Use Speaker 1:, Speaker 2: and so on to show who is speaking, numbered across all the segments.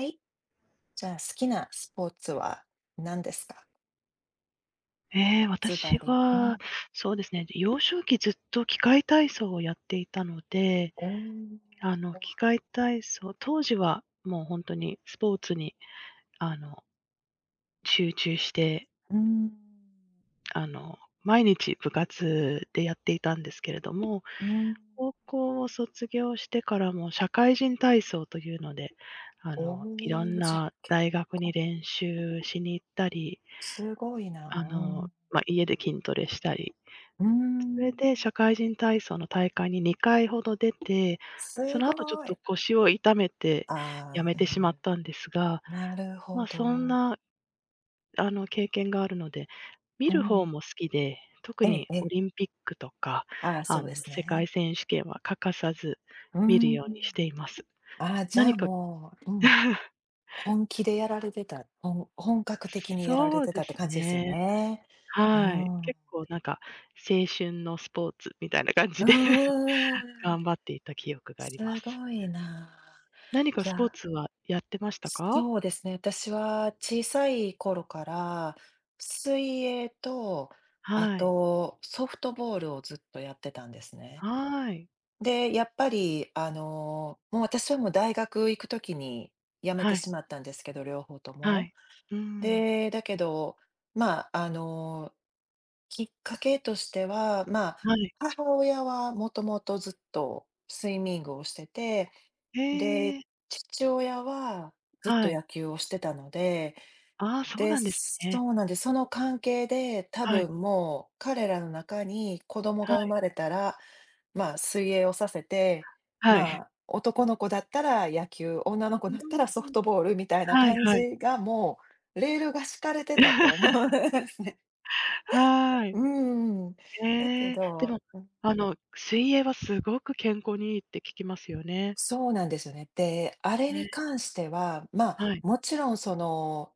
Speaker 1: はい。じゃあ、好きなスポーツは何ですか？ずば
Speaker 2: 私
Speaker 1: り。う
Speaker 2: は、
Speaker 1: ん。
Speaker 2: そうですね、幼少期ずっと器械体操をやっていたので、
Speaker 1: おお。
Speaker 2: 器械体操当時はもうほんとにスポーツに、あの、集中して、
Speaker 1: うん、
Speaker 2: 毎日部活でやっていたんですけれども、
Speaker 1: うん。
Speaker 2: 高校を卒業してからも社会人体操というので、
Speaker 1: お
Speaker 2: いろん
Speaker 1: お、じゃ、
Speaker 2: な
Speaker 1: 結
Speaker 2: 大学に
Speaker 1: 構
Speaker 2: 練習しに行ったり、
Speaker 1: すごいな。うん。
Speaker 2: 家で筋トレしたり
Speaker 1: う
Speaker 2: それで
Speaker 1: ん。
Speaker 2: 社会人体操の大会に2回ほど出て、そ
Speaker 1: す
Speaker 2: の後ちょっ
Speaker 1: ご
Speaker 2: と
Speaker 1: い。
Speaker 2: 腰を痛めて辞
Speaker 1: あ
Speaker 2: め
Speaker 1: あ、う
Speaker 2: てしまったんですが、
Speaker 1: ん、なるほ
Speaker 2: そん
Speaker 1: ど。
Speaker 2: な経験があるので、見
Speaker 1: う
Speaker 2: る方
Speaker 1: ん。
Speaker 2: も好きで、特
Speaker 1: ええ
Speaker 2: に
Speaker 1: え
Speaker 2: オ
Speaker 1: え。
Speaker 2: リンピックとか、
Speaker 1: ああ、
Speaker 2: あ
Speaker 1: そう
Speaker 2: の
Speaker 1: です
Speaker 2: 世界
Speaker 1: ね。
Speaker 2: 選手権は欠かさず
Speaker 1: うー
Speaker 2: 見るように
Speaker 1: ん。
Speaker 2: しています。
Speaker 1: ああ、じゃ
Speaker 2: 何
Speaker 1: あ、
Speaker 2: か
Speaker 1: もう、うん、本気でやられてた、本格的にやられ
Speaker 2: そう
Speaker 1: てた
Speaker 2: で
Speaker 1: って
Speaker 2: す
Speaker 1: 感じですよ
Speaker 2: ね。
Speaker 1: ね。う
Speaker 2: はい。
Speaker 1: ん。
Speaker 2: 結構なんか青春のスポーツみたいな感じ
Speaker 1: う
Speaker 2: で
Speaker 1: んん
Speaker 2: 頑張っていた記憶がありま
Speaker 1: す
Speaker 2: す。
Speaker 1: ごいな。
Speaker 2: 何か
Speaker 1: い
Speaker 2: スポー
Speaker 1: や、
Speaker 2: ツはやってましたか？
Speaker 1: そうですね。私は小さい頃から水泳と、あ
Speaker 2: はい。
Speaker 1: とソフトボールをずっとやってたんですね。
Speaker 2: はい。
Speaker 1: で、やっぱり、もう私はもう大学行くときに辞め
Speaker 2: は
Speaker 1: て
Speaker 2: い。
Speaker 1: しまったんですけど、両方と
Speaker 2: は
Speaker 1: も。
Speaker 2: い。うーん。
Speaker 1: で、だけど、まあ、きっかけとしては、まあ、
Speaker 2: はい。
Speaker 1: 母親はもともとずっとスイミングをしてて、で、
Speaker 2: ええ、
Speaker 1: 父親はずっと
Speaker 2: はい。
Speaker 1: 野球をしてたので、
Speaker 2: ああ、そう
Speaker 1: で、
Speaker 2: なんですね。
Speaker 1: そうなんでその関係で、多
Speaker 2: はい。
Speaker 1: 分もう彼らの中に子供
Speaker 2: は
Speaker 1: が生
Speaker 2: い。
Speaker 1: まれたらまあ、水泳をさせて、
Speaker 2: は
Speaker 1: ま
Speaker 2: い。
Speaker 1: あ、男の子だったら野球、女の子
Speaker 2: う
Speaker 1: だったらソ
Speaker 2: ー
Speaker 1: フ
Speaker 2: ん。
Speaker 1: トボールみたいな
Speaker 2: はい
Speaker 1: 感
Speaker 2: はい。
Speaker 1: じが、もうレールが敷かれてたと思うん ですね。
Speaker 2: は
Speaker 1: う
Speaker 2: い。
Speaker 1: ーん。だけ
Speaker 2: ええ、で
Speaker 1: ど
Speaker 2: も、
Speaker 1: うん、
Speaker 2: 水泳はすごく健康にいいって聞きますよね。
Speaker 1: そうなんですよね。で、あれに
Speaker 2: ね、
Speaker 1: 関しては、まあ、
Speaker 2: はい、
Speaker 1: もちろんその、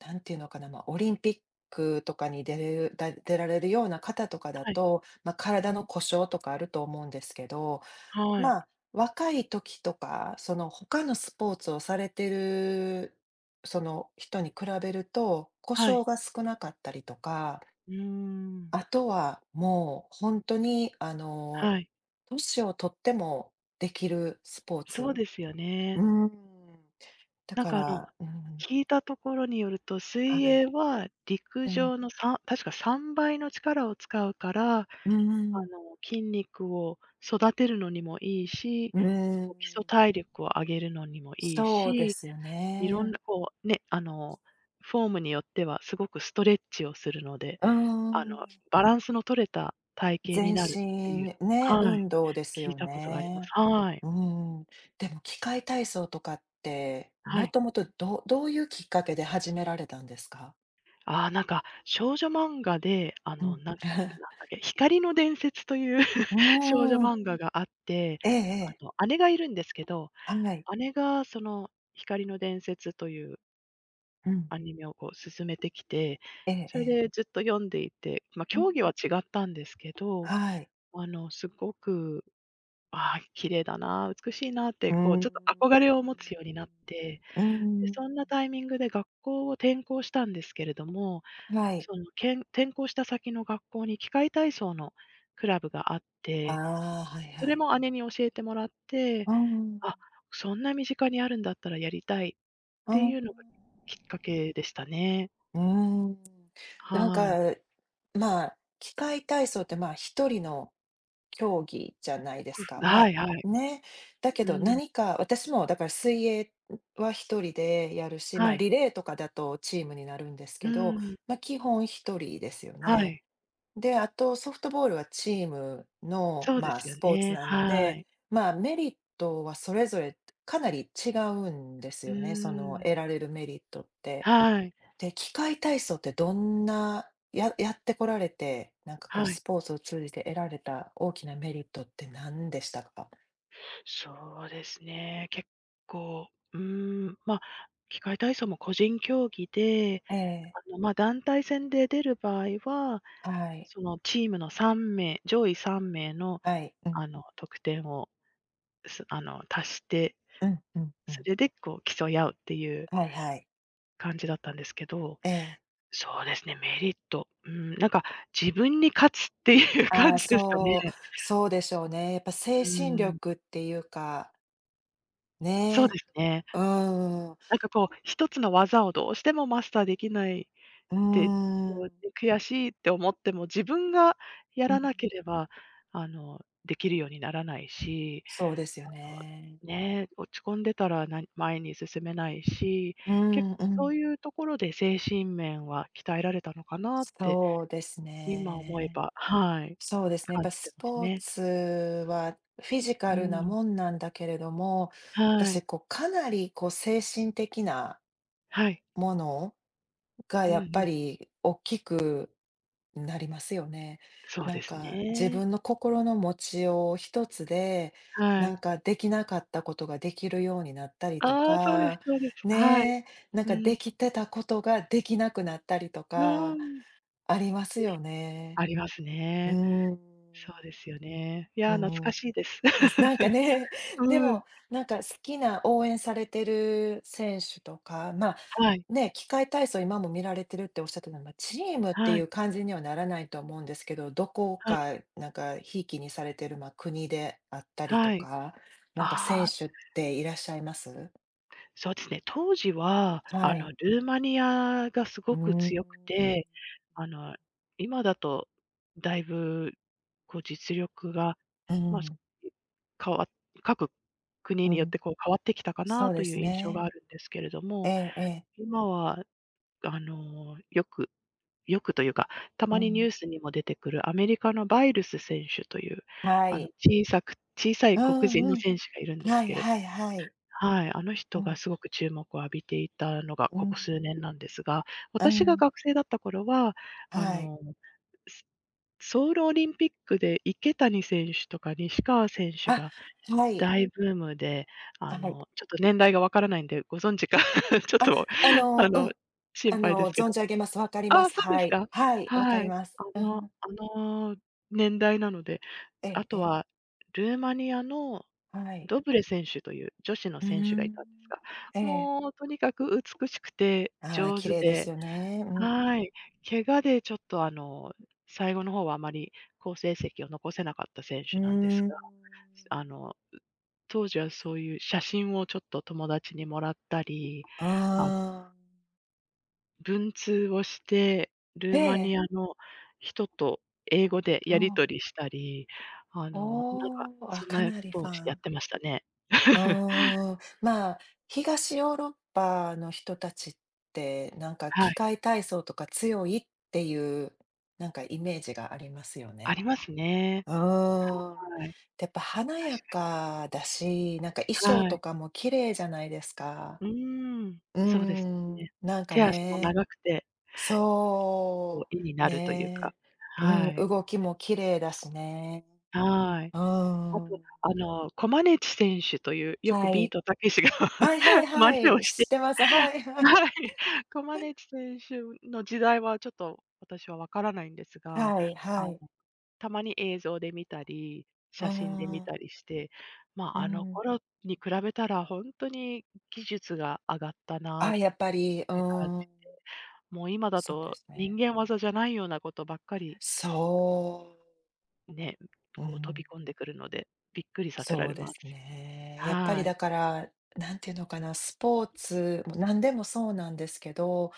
Speaker 1: なんていうのかな、まあ、オリンピックとかに出れるだ出られるような方とかだ
Speaker 2: はい。
Speaker 1: と、まあ、体
Speaker 2: う
Speaker 1: の
Speaker 2: ん、
Speaker 1: 故障とかあると思うんですけど、
Speaker 2: はい、
Speaker 1: まあ、若い時とか、その他のスポーツをされてる、その人に比べると、故
Speaker 2: は
Speaker 1: 障
Speaker 2: い。
Speaker 1: が少なかったりとか、
Speaker 2: うーん、
Speaker 1: あとはもう本当に
Speaker 2: はい。
Speaker 1: 年をとってもできるスポー
Speaker 2: そう
Speaker 1: ツ。
Speaker 2: ですよね。
Speaker 1: うん。だ
Speaker 2: なん
Speaker 1: か
Speaker 2: かあの
Speaker 1: ら、うん、
Speaker 2: 聞いたところによると、
Speaker 1: は
Speaker 2: 水
Speaker 1: い。
Speaker 2: 泳は陸
Speaker 1: うん。
Speaker 2: 上の確か3倍の力を使うから、
Speaker 1: うーん。
Speaker 2: 筋肉を育てるのにもいいし、
Speaker 1: うん。
Speaker 2: こう基礎体力を上げるのにもいい
Speaker 1: そうで
Speaker 2: し、
Speaker 1: すよ
Speaker 2: いろん
Speaker 1: ね。
Speaker 2: なこうね、フォームによってはすごくストレッチをするので、
Speaker 1: うん。
Speaker 2: バランスの取れた体型に
Speaker 1: 全
Speaker 2: なるっていう
Speaker 1: 身ね、
Speaker 2: のをはい、
Speaker 1: 運動です
Speaker 2: 聞い
Speaker 1: よ
Speaker 2: たことがあります。
Speaker 1: ね。
Speaker 2: はい。
Speaker 1: うん。でも器械体操とかって、
Speaker 2: は
Speaker 1: も
Speaker 2: い。
Speaker 1: ともとどういうきっかけで始められたんですか？
Speaker 2: ああ、なんか少女漫画で、
Speaker 1: うん。
Speaker 2: んだ っけ、光の伝説という
Speaker 1: う
Speaker 2: 少女
Speaker 1: ーん。
Speaker 2: 漫画があって、
Speaker 1: ええええ。
Speaker 2: 姉がいるんですけど、
Speaker 1: はい。
Speaker 2: 姉がその光の伝説という
Speaker 1: うん。
Speaker 2: アニメをこう進めてきて、
Speaker 1: えええ
Speaker 2: それ
Speaker 1: え。
Speaker 2: でずっと読んでいて、まあ、
Speaker 1: うん。
Speaker 2: 競技は違ったんですけど、
Speaker 1: はい。
Speaker 2: すごく、ああ、綺麗だな、美しいなって
Speaker 1: うー
Speaker 2: こう
Speaker 1: ん。
Speaker 2: ちょっと憧れを持つようになって、
Speaker 1: うー
Speaker 2: で、
Speaker 1: ん。
Speaker 2: そんなタイミングで学校を転校したんですけれども、
Speaker 1: はい。
Speaker 2: その、転校した先の学校に器械体操のクラブがあって、
Speaker 1: ああ、はい
Speaker 2: そ
Speaker 1: は
Speaker 2: れ
Speaker 1: い。
Speaker 2: も姉に教えてもらって、
Speaker 1: うん。
Speaker 2: あ、そんな身近にあるんだったらやりたいっ
Speaker 1: う
Speaker 2: て
Speaker 1: ん。
Speaker 2: いうのがきっかけでしたね。
Speaker 1: うーん。なん
Speaker 2: はい。
Speaker 1: か、まあ、器械体操って、まあ、一人の競技じゃないですか。ま
Speaker 2: は
Speaker 1: あ、
Speaker 2: いはい。
Speaker 1: ね。だけど
Speaker 2: うん。
Speaker 1: 何か私もだから水泳は一人でやるし、ま
Speaker 2: は
Speaker 1: あ、
Speaker 2: い。
Speaker 1: リレーとかだとチームになるんです
Speaker 2: う
Speaker 1: けど、
Speaker 2: ん。
Speaker 1: ま、基本一人ですよ
Speaker 2: は
Speaker 1: ね。
Speaker 2: い。
Speaker 1: で、あとソフトボールはチームの、
Speaker 2: そうで
Speaker 1: まあ、
Speaker 2: すよ
Speaker 1: スポーツ
Speaker 2: ね。
Speaker 1: なの
Speaker 2: は
Speaker 1: で、
Speaker 2: い。
Speaker 1: まあ、メリットはそれぞれかなり違うんです
Speaker 2: う
Speaker 1: よね、その
Speaker 2: ーん。
Speaker 1: 得られるメリットって。
Speaker 2: はい。
Speaker 1: で、器械体操ってどんな、やってこられて、なんかこう
Speaker 2: は
Speaker 1: ス
Speaker 2: い。
Speaker 1: ポーツを通じて得られた大きなメリットって何でしたか？
Speaker 2: そうですね、結構、うーん、まあ、器械体操も個人競技で
Speaker 1: ええ、
Speaker 2: 団体戦で出る場合は、
Speaker 1: はい、
Speaker 2: そのチームの3名上位3名の、
Speaker 1: はい、うん、
Speaker 2: 得点を、足して、
Speaker 1: うん、うん、う
Speaker 2: そ
Speaker 1: ん。
Speaker 2: れでこう競い合うっていう
Speaker 1: はいはい。
Speaker 2: 感じだったんですけど、
Speaker 1: ええ。
Speaker 2: そうですね、メリット、うーん、なんか自分に勝つっていう
Speaker 1: あ
Speaker 2: 感
Speaker 1: あ、
Speaker 2: じですかね。
Speaker 1: そう、そうでしょうね。やっぱ
Speaker 2: う
Speaker 1: 精神
Speaker 2: ーん、
Speaker 1: 力っていうか、
Speaker 2: そう
Speaker 1: ね、
Speaker 2: ですね。
Speaker 1: うーん、う
Speaker 2: なんかこう、一つの技をどうしてもマスターできない
Speaker 1: ー
Speaker 2: で、こ
Speaker 1: ん、
Speaker 2: うね、悔しいって思っても、自分がや
Speaker 1: う
Speaker 2: ら
Speaker 1: ん、
Speaker 2: なければ、できるようにならないし、
Speaker 1: そうですよ
Speaker 2: あの、
Speaker 1: ね。
Speaker 2: ね、落ち込んでたら、前に進めないし、
Speaker 1: う
Speaker 2: 結
Speaker 1: ん、
Speaker 2: 構
Speaker 1: う
Speaker 2: そ
Speaker 1: ん、
Speaker 2: ういうところで精神面は鍛えられたのかなって、
Speaker 1: そうです
Speaker 2: 今思え
Speaker 1: ね。
Speaker 2: ば、はい、
Speaker 1: そうですね。やっ
Speaker 2: 感
Speaker 1: ぱ
Speaker 2: じて
Speaker 1: ス
Speaker 2: ます
Speaker 1: ポー
Speaker 2: ね。
Speaker 1: ツはフィジ
Speaker 2: う
Speaker 1: カルな
Speaker 2: ん。
Speaker 1: もんなんだけれども、
Speaker 2: は
Speaker 1: 私、
Speaker 2: い。
Speaker 1: こう、かなり、こう、精神的な
Speaker 2: はい。
Speaker 1: ものが、
Speaker 2: うんう
Speaker 1: やっぱ
Speaker 2: ん。
Speaker 1: り、大きくなりますよね。
Speaker 2: そう
Speaker 1: なん
Speaker 2: です
Speaker 1: か、自
Speaker 2: ね。
Speaker 1: 分の心の持ちよう一つで、
Speaker 2: は
Speaker 1: な
Speaker 2: い。
Speaker 1: んか、できなかったことができるようになったりと
Speaker 2: ああ、そうです
Speaker 1: か、
Speaker 2: そうです。はい。
Speaker 1: ねえ、なん
Speaker 2: う
Speaker 1: か、
Speaker 2: ん。
Speaker 1: できてたことができなくなったりと
Speaker 2: うー
Speaker 1: か、
Speaker 2: ん。ね、
Speaker 1: ありますよね。
Speaker 2: あります
Speaker 1: う
Speaker 2: ね。そう
Speaker 1: ん。
Speaker 2: ですよね。い
Speaker 1: う
Speaker 2: や、懐か
Speaker 1: ん。
Speaker 2: しいです。
Speaker 1: です。なんか ね、で
Speaker 2: うん。
Speaker 1: も、なんか好きな応援されてる選手とか、まあ、
Speaker 2: はい。
Speaker 1: ね、器械体操今も見られてるっておっしゃってたのは、まあチームって
Speaker 2: は
Speaker 1: い
Speaker 2: い。
Speaker 1: う感じにはならないと思うんですけど、どこ
Speaker 2: はい。
Speaker 1: かなんか贔きにされてる、まあ、国であったりと
Speaker 2: はい。
Speaker 1: か、なんか選
Speaker 2: あ
Speaker 1: 手
Speaker 2: あ、
Speaker 1: っていらっしゃいます？
Speaker 2: そうですね。当時は、
Speaker 1: はい。
Speaker 2: ルーマニアがす
Speaker 1: う
Speaker 2: ごく
Speaker 1: ん、
Speaker 2: 強くて、あの、今だとだいぶ、こう、実力が、
Speaker 1: う
Speaker 2: まあ、
Speaker 1: ん、
Speaker 2: 変わっ各国
Speaker 1: う
Speaker 2: によっ
Speaker 1: ん、
Speaker 2: てこう変わってきたか
Speaker 1: そ
Speaker 2: な
Speaker 1: う
Speaker 2: と
Speaker 1: で
Speaker 2: いう
Speaker 1: す
Speaker 2: 印象が
Speaker 1: ね。
Speaker 2: あるんですけれど
Speaker 1: え
Speaker 2: も、
Speaker 1: えええ、
Speaker 2: 今は、よくよくというか、た
Speaker 1: う
Speaker 2: まにニュ
Speaker 1: ん。
Speaker 2: ースにも出てくるアメリカのバイルス選手という、
Speaker 1: はい。
Speaker 2: 小さい
Speaker 1: う
Speaker 2: 黒
Speaker 1: ん
Speaker 2: 人
Speaker 1: う
Speaker 2: の
Speaker 1: ん。
Speaker 2: 選手がいるんです
Speaker 1: はい
Speaker 2: けれ
Speaker 1: はいはい。
Speaker 2: はい、あの
Speaker 1: う
Speaker 2: 人が
Speaker 1: ん、
Speaker 2: すごく注目を浴びていたのが
Speaker 1: う
Speaker 2: こ
Speaker 1: ん、
Speaker 2: こ数年なんですが、
Speaker 1: う
Speaker 2: 私が
Speaker 1: ん。
Speaker 2: 学生だった頃は、あ
Speaker 1: はい。
Speaker 2: の、すソウルオリンピックで池谷選手とか西川選手
Speaker 1: あ、
Speaker 2: が
Speaker 1: はい。
Speaker 2: 大ブームで、
Speaker 1: はい。
Speaker 2: ちょっと年代がわからないんで、ご存知か ちょっ
Speaker 1: あ、
Speaker 2: と、あ
Speaker 1: う
Speaker 2: の、
Speaker 1: ん。
Speaker 2: 心配ですけ
Speaker 1: 存
Speaker 2: ど
Speaker 1: じ上げます。わかりま
Speaker 2: ああ、
Speaker 1: す。
Speaker 2: そうで
Speaker 1: は
Speaker 2: す
Speaker 1: い。
Speaker 2: か。
Speaker 1: はい、わか
Speaker 2: は
Speaker 1: り
Speaker 2: い。
Speaker 1: ます。うん。
Speaker 2: あの年代なので。
Speaker 1: え
Speaker 2: あ
Speaker 1: ええ
Speaker 2: と
Speaker 1: え。
Speaker 2: はルーマニアの
Speaker 1: はい。
Speaker 2: ドブレ選手という女子の
Speaker 1: う
Speaker 2: 選手
Speaker 1: ー
Speaker 2: がい
Speaker 1: ん。
Speaker 2: たんですが、
Speaker 1: ええ。
Speaker 2: もうとにかく美しくて
Speaker 1: ああ、
Speaker 2: 上
Speaker 1: 綺
Speaker 2: 手
Speaker 1: 麗です
Speaker 2: で、
Speaker 1: よね。うん。
Speaker 2: はい。怪我でちょっと最後の方はあまり好成績を残せなかった選
Speaker 1: う
Speaker 2: 手
Speaker 1: ー
Speaker 2: なんです
Speaker 1: ん。
Speaker 2: が、あの、当時はそういう写真をちょっと友達にもらったり、あ
Speaker 1: ああ。
Speaker 2: 文通をして、ル
Speaker 1: え
Speaker 2: ーマニ
Speaker 1: え。
Speaker 2: アの人と英語で
Speaker 1: う
Speaker 2: やり
Speaker 1: ん。
Speaker 2: 取りしたり、なん
Speaker 1: お
Speaker 2: か
Speaker 1: お、あ、
Speaker 2: そん
Speaker 1: か
Speaker 2: なこ
Speaker 1: なり
Speaker 2: と
Speaker 1: フ
Speaker 2: を
Speaker 1: ァ
Speaker 2: やっ
Speaker 1: ン。
Speaker 2: てましたね。
Speaker 1: ああ、まあ、東ヨーロッパの人たちって、なんか
Speaker 2: は
Speaker 1: 器
Speaker 2: い、
Speaker 1: 械体操とか強いっていう、なんかイメージがありますよ
Speaker 2: あ
Speaker 1: ね。
Speaker 2: りますね。
Speaker 1: うーん。
Speaker 2: はい、
Speaker 1: で、やっぱ華
Speaker 2: 確
Speaker 1: やかだし、なんか衣
Speaker 2: か
Speaker 1: 装
Speaker 2: に。は
Speaker 1: と
Speaker 2: い。
Speaker 1: かも綺麗じゃないですか。
Speaker 2: うーん、
Speaker 1: うー
Speaker 2: そうです
Speaker 1: ん、
Speaker 2: ね。
Speaker 1: なんか
Speaker 2: 手足も
Speaker 1: ね、
Speaker 2: 長くて、こう、
Speaker 1: そ
Speaker 2: 絵に
Speaker 1: う、
Speaker 2: なるというか、
Speaker 1: ね、う
Speaker 2: は
Speaker 1: ん、
Speaker 2: い、
Speaker 1: 動きも綺麗だしね。
Speaker 2: はい。
Speaker 1: う
Speaker 2: あと、
Speaker 1: ーん、
Speaker 2: コマネチ選手という、よく
Speaker 1: は
Speaker 2: ビー
Speaker 1: い。
Speaker 2: トたけしが
Speaker 1: はいはい
Speaker 2: 真
Speaker 1: は
Speaker 2: 似を
Speaker 1: い、
Speaker 2: し
Speaker 1: 知っ
Speaker 2: て
Speaker 1: てます。はいはい。
Speaker 2: はい。コマネチ選手の時代はちょっと私はわからないんです が、
Speaker 1: はい
Speaker 2: あ
Speaker 1: は
Speaker 2: の、
Speaker 1: い。
Speaker 2: たまに映像で見たり、
Speaker 1: うー
Speaker 2: 写真で見た
Speaker 1: ん、
Speaker 2: りして、ま
Speaker 1: う
Speaker 2: あ、あの
Speaker 1: ん。
Speaker 2: 頃に比べたらほんとに技術が上がったなっ
Speaker 1: あ、やっぱり、う
Speaker 2: て感
Speaker 1: ー
Speaker 2: じ。
Speaker 1: ん、
Speaker 2: もう今だ
Speaker 1: そうで
Speaker 2: と
Speaker 1: す
Speaker 2: 人
Speaker 1: ね。
Speaker 2: 間技じゃないようなことばっかり
Speaker 1: そ
Speaker 2: ね、
Speaker 1: う、う
Speaker 2: こう飛び
Speaker 1: ん。
Speaker 2: 込んでくるので、びっくりさせら
Speaker 1: そう
Speaker 2: れ
Speaker 1: で
Speaker 2: ま
Speaker 1: す
Speaker 2: す。
Speaker 1: ね。やっぱり
Speaker 2: はい。
Speaker 1: だから、なんていうのかな、スポーツ、も何でもそうなんですけど、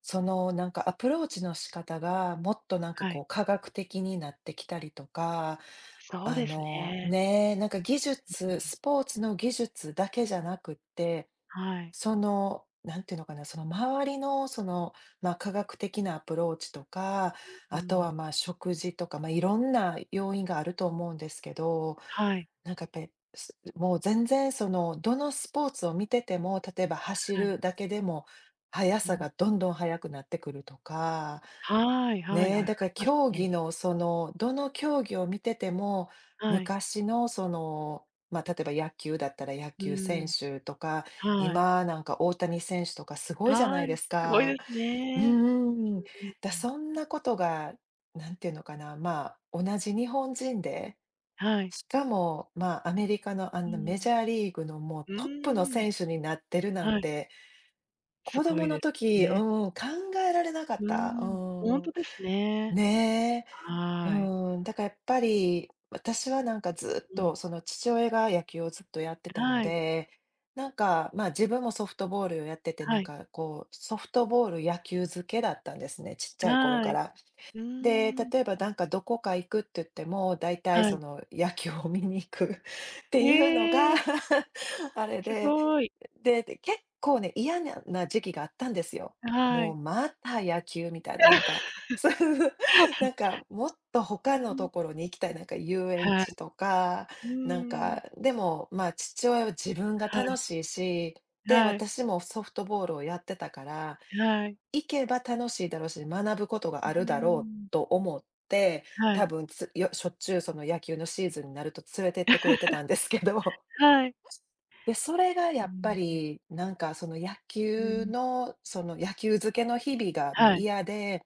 Speaker 1: そのなんかアプローチの仕方がもっとなんか
Speaker 2: は
Speaker 1: こ
Speaker 2: い。
Speaker 1: う科学的になってきたりとか、
Speaker 2: そう
Speaker 1: あ
Speaker 2: です
Speaker 1: の
Speaker 2: ね。
Speaker 1: ねえ、なんか技術、スポーツの技術だけじゃなくって、
Speaker 2: はい。
Speaker 1: その、なんていうのかな、その周りの、その、まあ科学的なアプローチとか、
Speaker 2: う
Speaker 1: あとは
Speaker 2: ん。
Speaker 1: まあ食事とか、まあいろんな要因があると思うんですけど、
Speaker 2: はい。
Speaker 1: なんかやっぱり、すもう全然その、どのスポーツを見てても、例えば走
Speaker 2: はい。
Speaker 1: るだけでも、速
Speaker 2: う
Speaker 1: さ
Speaker 2: ん。
Speaker 1: がどんどん速くなってくるとか、
Speaker 2: はいはい、あ、あ
Speaker 1: ね、
Speaker 2: り
Speaker 1: だから
Speaker 2: ます
Speaker 1: 競
Speaker 2: ね。
Speaker 1: 技のその、どの競技を見てても、
Speaker 2: はい。
Speaker 1: 昔のその、まあ、例えば野球だったら野
Speaker 2: う
Speaker 1: 球
Speaker 2: ー
Speaker 1: 選
Speaker 2: ん、
Speaker 1: 手とか、
Speaker 2: はい。
Speaker 1: 今なんか大谷選手とかすごいじゃな
Speaker 2: は
Speaker 1: いで
Speaker 2: い、
Speaker 1: す
Speaker 2: すごいで
Speaker 1: か。
Speaker 2: す
Speaker 1: う
Speaker 2: ね。
Speaker 1: ーん。
Speaker 2: うん
Speaker 1: だ、
Speaker 2: うん、
Speaker 1: そんなことが、なんていうのかな、まあ、同じ日本人で
Speaker 2: はい。
Speaker 1: しかも、まあ、アメリカのあ
Speaker 2: う
Speaker 1: んな
Speaker 2: ん。
Speaker 1: メジャーリーグのもう
Speaker 2: う
Speaker 1: トップの
Speaker 2: ーん、
Speaker 1: 選手になってるなん
Speaker 2: はい、
Speaker 1: て、
Speaker 2: す
Speaker 1: 子
Speaker 2: ご
Speaker 1: 供
Speaker 2: い
Speaker 1: の
Speaker 2: です
Speaker 1: 時、う
Speaker 2: よね。
Speaker 1: ん、考えられなか
Speaker 2: う
Speaker 1: った。
Speaker 2: ーん、ほん
Speaker 1: う
Speaker 2: と
Speaker 1: ん。
Speaker 2: ですね。
Speaker 1: ねえ。
Speaker 2: はい。
Speaker 1: うん。だからやっぱり、私はなんかずっ
Speaker 2: うん、
Speaker 1: と、その父親が野球をずっとやってたの
Speaker 2: はい、
Speaker 1: で、なんか、まあ自分もソフトボールをやってて、な
Speaker 2: は
Speaker 1: ん
Speaker 2: い、
Speaker 1: かこう、ソフトボール野球漬けだったんですね、ちっちゃい頃
Speaker 2: は
Speaker 1: か
Speaker 2: い。
Speaker 1: ら。
Speaker 2: うー
Speaker 1: で、
Speaker 2: ん、
Speaker 1: 例えばなんかどこか行くって言っても、大体
Speaker 2: は
Speaker 1: そ
Speaker 2: い。
Speaker 1: の野球を見に行く って
Speaker 2: え
Speaker 1: いうのが
Speaker 2: え、
Speaker 1: あれ
Speaker 2: す
Speaker 1: で、
Speaker 2: ごい。
Speaker 1: で結構ね、嫌な時期があったんですよ。
Speaker 2: は
Speaker 1: もう
Speaker 2: い。
Speaker 1: また野球みたいな、なんか、そういうなん かもっと他
Speaker 2: う
Speaker 1: の
Speaker 2: ん、
Speaker 1: ところに行きたい、なんか遊園
Speaker 2: はい。
Speaker 1: 地とか、
Speaker 2: う
Speaker 1: なん
Speaker 2: ーん、
Speaker 1: か、でもまあ父親は自分が
Speaker 2: はい、
Speaker 1: 楽しいし、で、
Speaker 2: はい、
Speaker 1: 私もソフトボールをやってたから、
Speaker 2: はい。
Speaker 1: 行けば楽しいだろうし、学ぶことが
Speaker 2: う
Speaker 1: あ
Speaker 2: ー
Speaker 1: るだろう
Speaker 2: ん、
Speaker 1: と思って、
Speaker 2: は
Speaker 1: 多
Speaker 2: い、
Speaker 1: 分つよしょっちゅうその野球のシーズンになると連れてってくれてたんですけど、
Speaker 2: はい。
Speaker 1: で、それがや
Speaker 2: う
Speaker 1: っぱ
Speaker 2: ん、え、
Speaker 1: りなんかその野
Speaker 2: う
Speaker 1: 球
Speaker 2: ん。
Speaker 1: の、その野球漬けの日々がもう
Speaker 2: はい。
Speaker 1: 嫌で、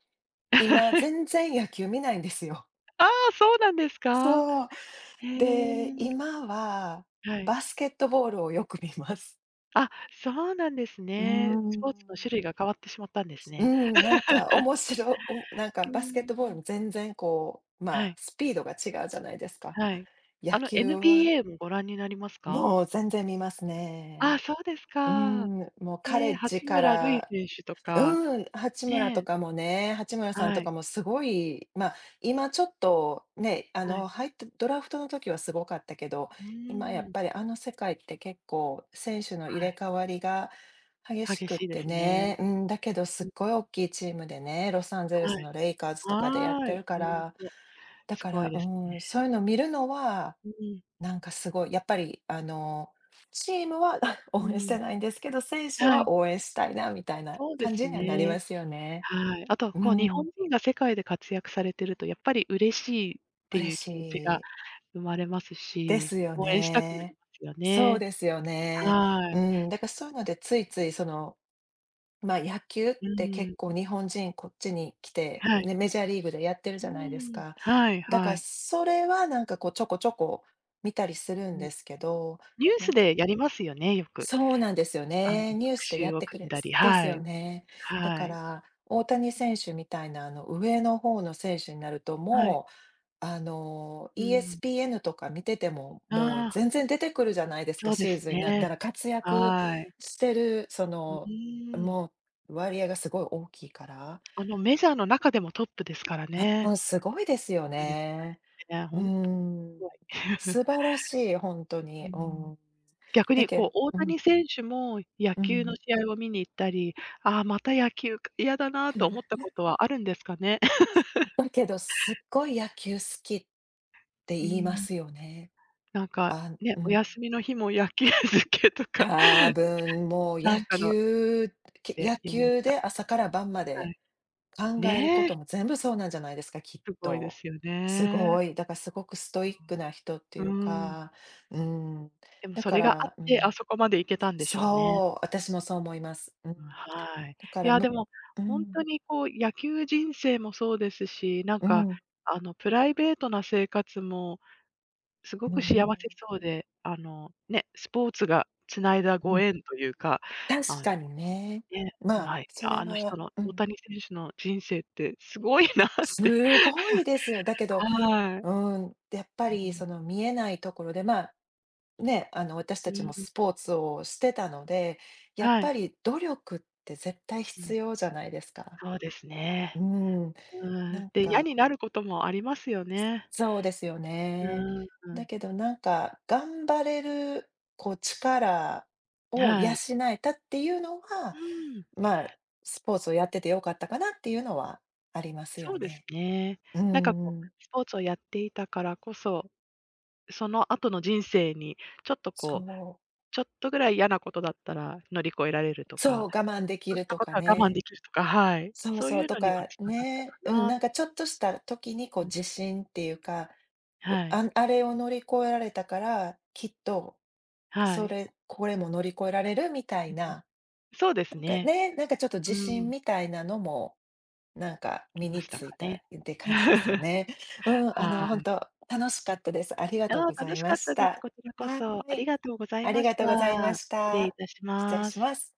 Speaker 1: 今全 然野球見ないんですよ。
Speaker 2: ああ、そうなんですか？
Speaker 1: そう。
Speaker 2: へ
Speaker 1: で、
Speaker 2: え、
Speaker 1: 今は
Speaker 2: はい。
Speaker 1: バスケットボールをよく見ます。
Speaker 2: あ、そうなんです
Speaker 1: うー
Speaker 2: ね。スポーツの種
Speaker 1: ん。
Speaker 2: 類が変わってしまったんです
Speaker 1: う
Speaker 2: ね。
Speaker 1: ん、なん か面白おなんか
Speaker 2: う
Speaker 1: バスケッ
Speaker 2: ん、
Speaker 1: トボールも全然こう、ま
Speaker 2: は
Speaker 1: あ、
Speaker 2: い、
Speaker 1: スピードが違うじゃないですか。
Speaker 2: はい。
Speaker 1: 野
Speaker 2: あの
Speaker 1: 球は
Speaker 2: NBA もご覧になりますか？
Speaker 1: もう全然見ます
Speaker 2: ああ、
Speaker 1: ね。
Speaker 2: そうです
Speaker 1: う
Speaker 2: か。
Speaker 1: ん、もうカ
Speaker 2: え
Speaker 1: レ
Speaker 2: え、
Speaker 1: ッジ
Speaker 2: 八
Speaker 1: か
Speaker 2: 村塁
Speaker 1: ら
Speaker 2: 選手とか、
Speaker 1: うん、八村と
Speaker 2: ねえ、
Speaker 1: かもね、八村さんと
Speaker 2: はい、
Speaker 1: かもすごい、今ちょっとね、
Speaker 2: はい。
Speaker 1: 入ってドラフトの時はすごかったけど、
Speaker 2: う
Speaker 1: 今や
Speaker 2: ー
Speaker 1: っ
Speaker 2: ん、
Speaker 1: ぱり世界って結構選手の入
Speaker 2: は
Speaker 1: れ
Speaker 2: い。
Speaker 1: 替わりが激し
Speaker 2: 激
Speaker 1: くっ
Speaker 2: しいで
Speaker 1: て
Speaker 2: すね。
Speaker 1: ね、だけどす
Speaker 2: う
Speaker 1: っ
Speaker 2: ん、
Speaker 1: ごい大きいチームでね、ロサンゼル
Speaker 2: は
Speaker 1: ス
Speaker 2: い。
Speaker 1: のレイカーズとかでやっ
Speaker 2: はー
Speaker 1: て
Speaker 2: い、
Speaker 1: るか
Speaker 2: 本
Speaker 1: ら、
Speaker 2: 当
Speaker 1: だ
Speaker 2: す
Speaker 1: か
Speaker 2: ご
Speaker 1: ら、
Speaker 2: いですね。
Speaker 1: そういうの見るのは
Speaker 2: うん、
Speaker 1: なんかすごい、やっぱりあの、チームは
Speaker 2: う
Speaker 1: 応援し
Speaker 2: ん。
Speaker 1: てないんですけど、選手
Speaker 2: は
Speaker 1: は
Speaker 2: い、
Speaker 1: 応援したいなみたいな
Speaker 2: そうで
Speaker 1: 感
Speaker 2: す
Speaker 1: じにはなり
Speaker 2: ね。
Speaker 1: ますよね。
Speaker 2: はい。あと、
Speaker 1: う
Speaker 2: こう日本
Speaker 1: ん、
Speaker 2: 人が世界で活躍されてるとやっぱり嬉しいって
Speaker 1: 嬉
Speaker 2: いう
Speaker 1: し
Speaker 2: 気持ちが
Speaker 1: い
Speaker 2: 生まれます
Speaker 1: で
Speaker 2: し、
Speaker 1: すよ
Speaker 2: 応援したくなり
Speaker 1: ね。
Speaker 2: ますよ
Speaker 1: そう
Speaker 2: ね。
Speaker 1: ですよね。
Speaker 2: は
Speaker 1: う
Speaker 2: い。
Speaker 1: だからそういうのでついついその、ま、野球っ
Speaker 2: う
Speaker 1: て結
Speaker 2: ん。
Speaker 1: 構日本人こっちに来て、
Speaker 2: はい。
Speaker 1: ね、メジャーリーグでやってる
Speaker 2: う
Speaker 1: じゃないです
Speaker 2: ん。
Speaker 1: か。
Speaker 2: はい
Speaker 1: だか
Speaker 2: は
Speaker 1: ら
Speaker 2: い。
Speaker 1: それはなんかこうちょこちょこ見たりするん
Speaker 2: うん。
Speaker 1: ですけど、
Speaker 2: ニュー
Speaker 1: な
Speaker 2: ス
Speaker 1: んか
Speaker 2: でやりますよね、よく。
Speaker 1: そうなんですよね。
Speaker 2: 特
Speaker 1: ニュースでや
Speaker 2: 集
Speaker 1: っ
Speaker 2: を
Speaker 1: てく
Speaker 2: 組ん
Speaker 1: れ
Speaker 2: だり、
Speaker 1: です
Speaker 2: は
Speaker 1: よ
Speaker 2: い。
Speaker 1: ね。だ
Speaker 2: は
Speaker 1: か
Speaker 2: い。
Speaker 1: ら、大谷選手みたいな、上の方の選手になると、
Speaker 2: はい。
Speaker 1: もう、
Speaker 2: うん。
Speaker 1: ESPN とか見てても、もう
Speaker 2: ああ、
Speaker 1: 全然出てくるじゃないですか、
Speaker 2: そうで
Speaker 1: シー
Speaker 2: す
Speaker 1: ズンになっ
Speaker 2: ね。
Speaker 1: たら活躍
Speaker 2: はい。
Speaker 1: してる、そ
Speaker 2: う
Speaker 1: の、
Speaker 2: ーん。
Speaker 1: もう割合がすごい大きいから、
Speaker 2: メジャーの中でもトップですからね。
Speaker 1: あ、すごいですよ
Speaker 2: すごいです
Speaker 1: ね。
Speaker 2: ね。
Speaker 1: う
Speaker 2: ほんとす
Speaker 1: ん、
Speaker 2: ごい。
Speaker 1: 素晴らしい、本当
Speaker 2: う
Speaker 1: に。う
Speaker 2: ん。
Speaker 1: ん。
Speaker 2: 逆
Speaker 1: だ
Speaker 2: に
Speaker 1: け
Speaker 2: こう、
Speaker 1: ど
Speaker 2: 大谷選手も野
Speaker 1: う
Speaker 2: 球の
Speaker 1: ん。
Speaker 2: 試合を見に行ったり、ああ、また野球か、嫌だなと思ったことはあるんですかね？
Speaker 1: だけど、すっごい野球好きって
Speaker 2: うー
Speaker 1: 言いま
Speaker 2: ん、
Speaker 1: すよね。
Speaker 2: なんか、
Speaker 1: あ、
Speaker 2: ね、
Speaker 1: う
Speaker 2: お
Speaker 1: ん。
Speaker 2: 休みの日も野球漬けとか、
Speaker 1: 多 分もう
Speaker 2: なんかので
Speaker 1: 野
Speaker 2: 読みま
Speaker 1: 球
Speaker 2: した。
Speaker 1: で朝から晩ま
Speaker 2: は
Speaker 1: で
Speaker 2: い。
Speaker 1: 考えるこ
Speaker 2: ね、
Speaker 1: とも全部そうなんじゃないですか、きっ
Speaker 2: すごいで
Speaker 1: と。
Speaker 2: すよ
Speaker 1: す
Speaker 2: ね。
Speaker 1: ごい、だからすごくストイックな人って
Speaker 2: う
Speaker 1: い
Speaker 2: ん。
Speaker 1: う
Speaker 2: うーん。
Speaker 1: か、うん、
Speaker 2: でも
Speaker 1: だ
Speaker 2: そ
Speaker 1: か
Speaker 2: れがあっ
Speaker 1: ら、
Speaker 2: て、あそこまで行けたんでしょうね。
Speaker 1: そう、私もそう思います。うん。
Speaker 2: うん、はい。
Speaker 1: だか
Speaker 2: い
Speaker 1: ら
Speaker 2: や、で
Speaker 1: む
Speaker 2: も、ほんとにこう、野球人生もそうですし、なんか、プライベートな生活もす
Speaker 1: う
Speaker 2: ご
Speaker 1: ん
Speaker 2: く
Speaker 1: うん、う
Speaker 2: 幸
Speaker 1: ん。
Speaker 2: せそうで、ね、スポーツが繋いだ
Speaker 1: う
Speaker 2: ご
Speaker 1: ん、
Speaker 2: 縁というか、
Speaker 1: 確
Speaker 2: あ、
Speaker 1: かにね。
Speaker 2: ね、
Speaker 1: ま
Speaker 2: は
Speaker 1: あ、
Speaker 2: い、い
Speaker 1: そ
Speaker 2: や
Speaker 1: れ
Speaker 2: あの人
Speaker 1: は、
Speaker 2: の、大谷選手の人生ってすごいなって。
Speaker 1: すごいですよ。だけど、
Speaker 2: はい。
Speaker 1: うやっぱりその見えないところで、まあ、ね、私
Speaker 2: う
Speaker 1: た
Speaker 2: ん、
Speaker 1: ちも
Speaker 2: うん、
Speaker 1: スポーツをしてたので、やっ
Speaker 2: は
Speaker 1: ぱ
Speaker 2: い。
Speaker 1: り努力って絶対
Speaker 2: うん、
Speaker 1: 必要じゃないですか。
Speaker 2: そうです
Speaker 1: う
Speaker 2: ね。
Speaker 1: ん、
Speaker 2: う
Speaker 1: な
Speaker 2: ん、
Speaker 1: ん
Speaker 2: で、嫌
Speaker 1: か
Speaker 2: になることもありますよね。
Speaker 1: そうですよ
Speaker 2: う
Speaker 1: ね。
Speaker 2: ー
Speaker 1: だ
Speaker 2: ん、
Speaker 1: けどなんか、頑張れる、こう、力を養
Speaker 2: はい。
Speaker 1: えたっていうの
Speaker 2: う
Speaker 1: は、
Speaker 2: ーん、
Speaker 1: まあ、スポーツをやってて良かったかなっていうのはあります
Speaker 2: そ
Speaker 1: よ
Speaker 2: うです
Speaker 1: ね。
Speaker 2: ね。
Speaker 1: う
Speaker 2: なんかこ
Speaker 1: んうん。
Speaker 2: う、スポーツをやっていたからこそ、その後の人生にちょっと
Speaker 1: そ
Speaker 2: こう
Speaker 1: う。
Speaker 2: ちょっとぐらい嫌なことだったら乗り越えられると
Speaker 1: そう、
Speaker 2: か、
Speaker 1: 我
Speaker 2: ちょ
Speaker 1: 慢で
Speaker 2: っ
Speaker 1: き
Speaker 2: とし
Speaker 1: る
Speaker 2: た
Speaker 1: と
Speaker 2: こ
Speaker 1: か
Speaker 2: とは我慢
Speaker 1: ね。
Speaker 2: できるとか、はい、
Speaker 1: そう
Speaker 2: そう
Speaker 1: そ
Speaker 2: い
Speaker 1: う、
Speaker 2: う
Speaker 1: と
Speaker 2: のには
Speaker 1: か
Speaker 2: 繋がった
Speaker 1: ね。
Speaker 2: か
Speaker 1: うん、
Speaker 2: な
Speaker 1: なん
Speaker 2: と。
Speaker 1: かちょっとした時にこう
Speaker 2: うん、
Speaker 1: 自信っていうか、
Speaker 2: はい、
Speaker 1: あれを乗り越えられたから、きっと、
Speaker 2: は
Speaker 1: そ
Speaker 2: い。
Speaker 1: れこれも乗り越えられるみた
Speaker 2: う
Speaker 1: い
Speaker 2: んうん。
Speaker 1: な、
Speaker 2: そうです
Speaker 1: なんか
Speaker 2: ね。
Speaker 1: ね、なんかちょっと自
Speaker 2: う
Speaker 1: 信
Speaker 2: ん、
Speaker 1: みたいなのも、なんか
Speaker 2: き
Speaker 1: 身
Speaker 2: ま
Speaker 1: に
Speaker 2: した
Speaker 1: つ
Speaker 2: か
Speaker 1: いたっ
Speaker 2: ね。
Speaker 1: て感じですよ ね。うん、
Speaker 2: は
Speaker 1: 本
Speaker 2: い。
Speaker 1: 当楽しかったです。ありが
Speaker 2: あ
Speaker 1: とうご
Speaker 2: あ、
Speaker 1: ざ
Speaker 2: 楽
Speaker 1: い
Speaker 2: し
Speaker 1: ま
Speaker 2: かっ
Speaker 1: し
Speaker 2: たです。
Speaker 1: た。
Speaker 2: こちらこ
Speaker 1: は
Speaker 2: そ。
Speaker 1: ー
Speaker 2: あり
Speaker 1: い。
Speaker 2: がとうござい
Speaker 1: あり
Speaker 2: ま
Speaker 1: が
Speaker 2: し
Speaker 1: とうござい
Speaker 2: た。
Speaker 1: まし
Speaker 2: 失礼い
Speaker 1: た。
Speaker 2: たし
Speaker 1: 失礼
Speaker 2: ま
Speaker 1: し
Speaker 2: す。
Speaker 1: ます。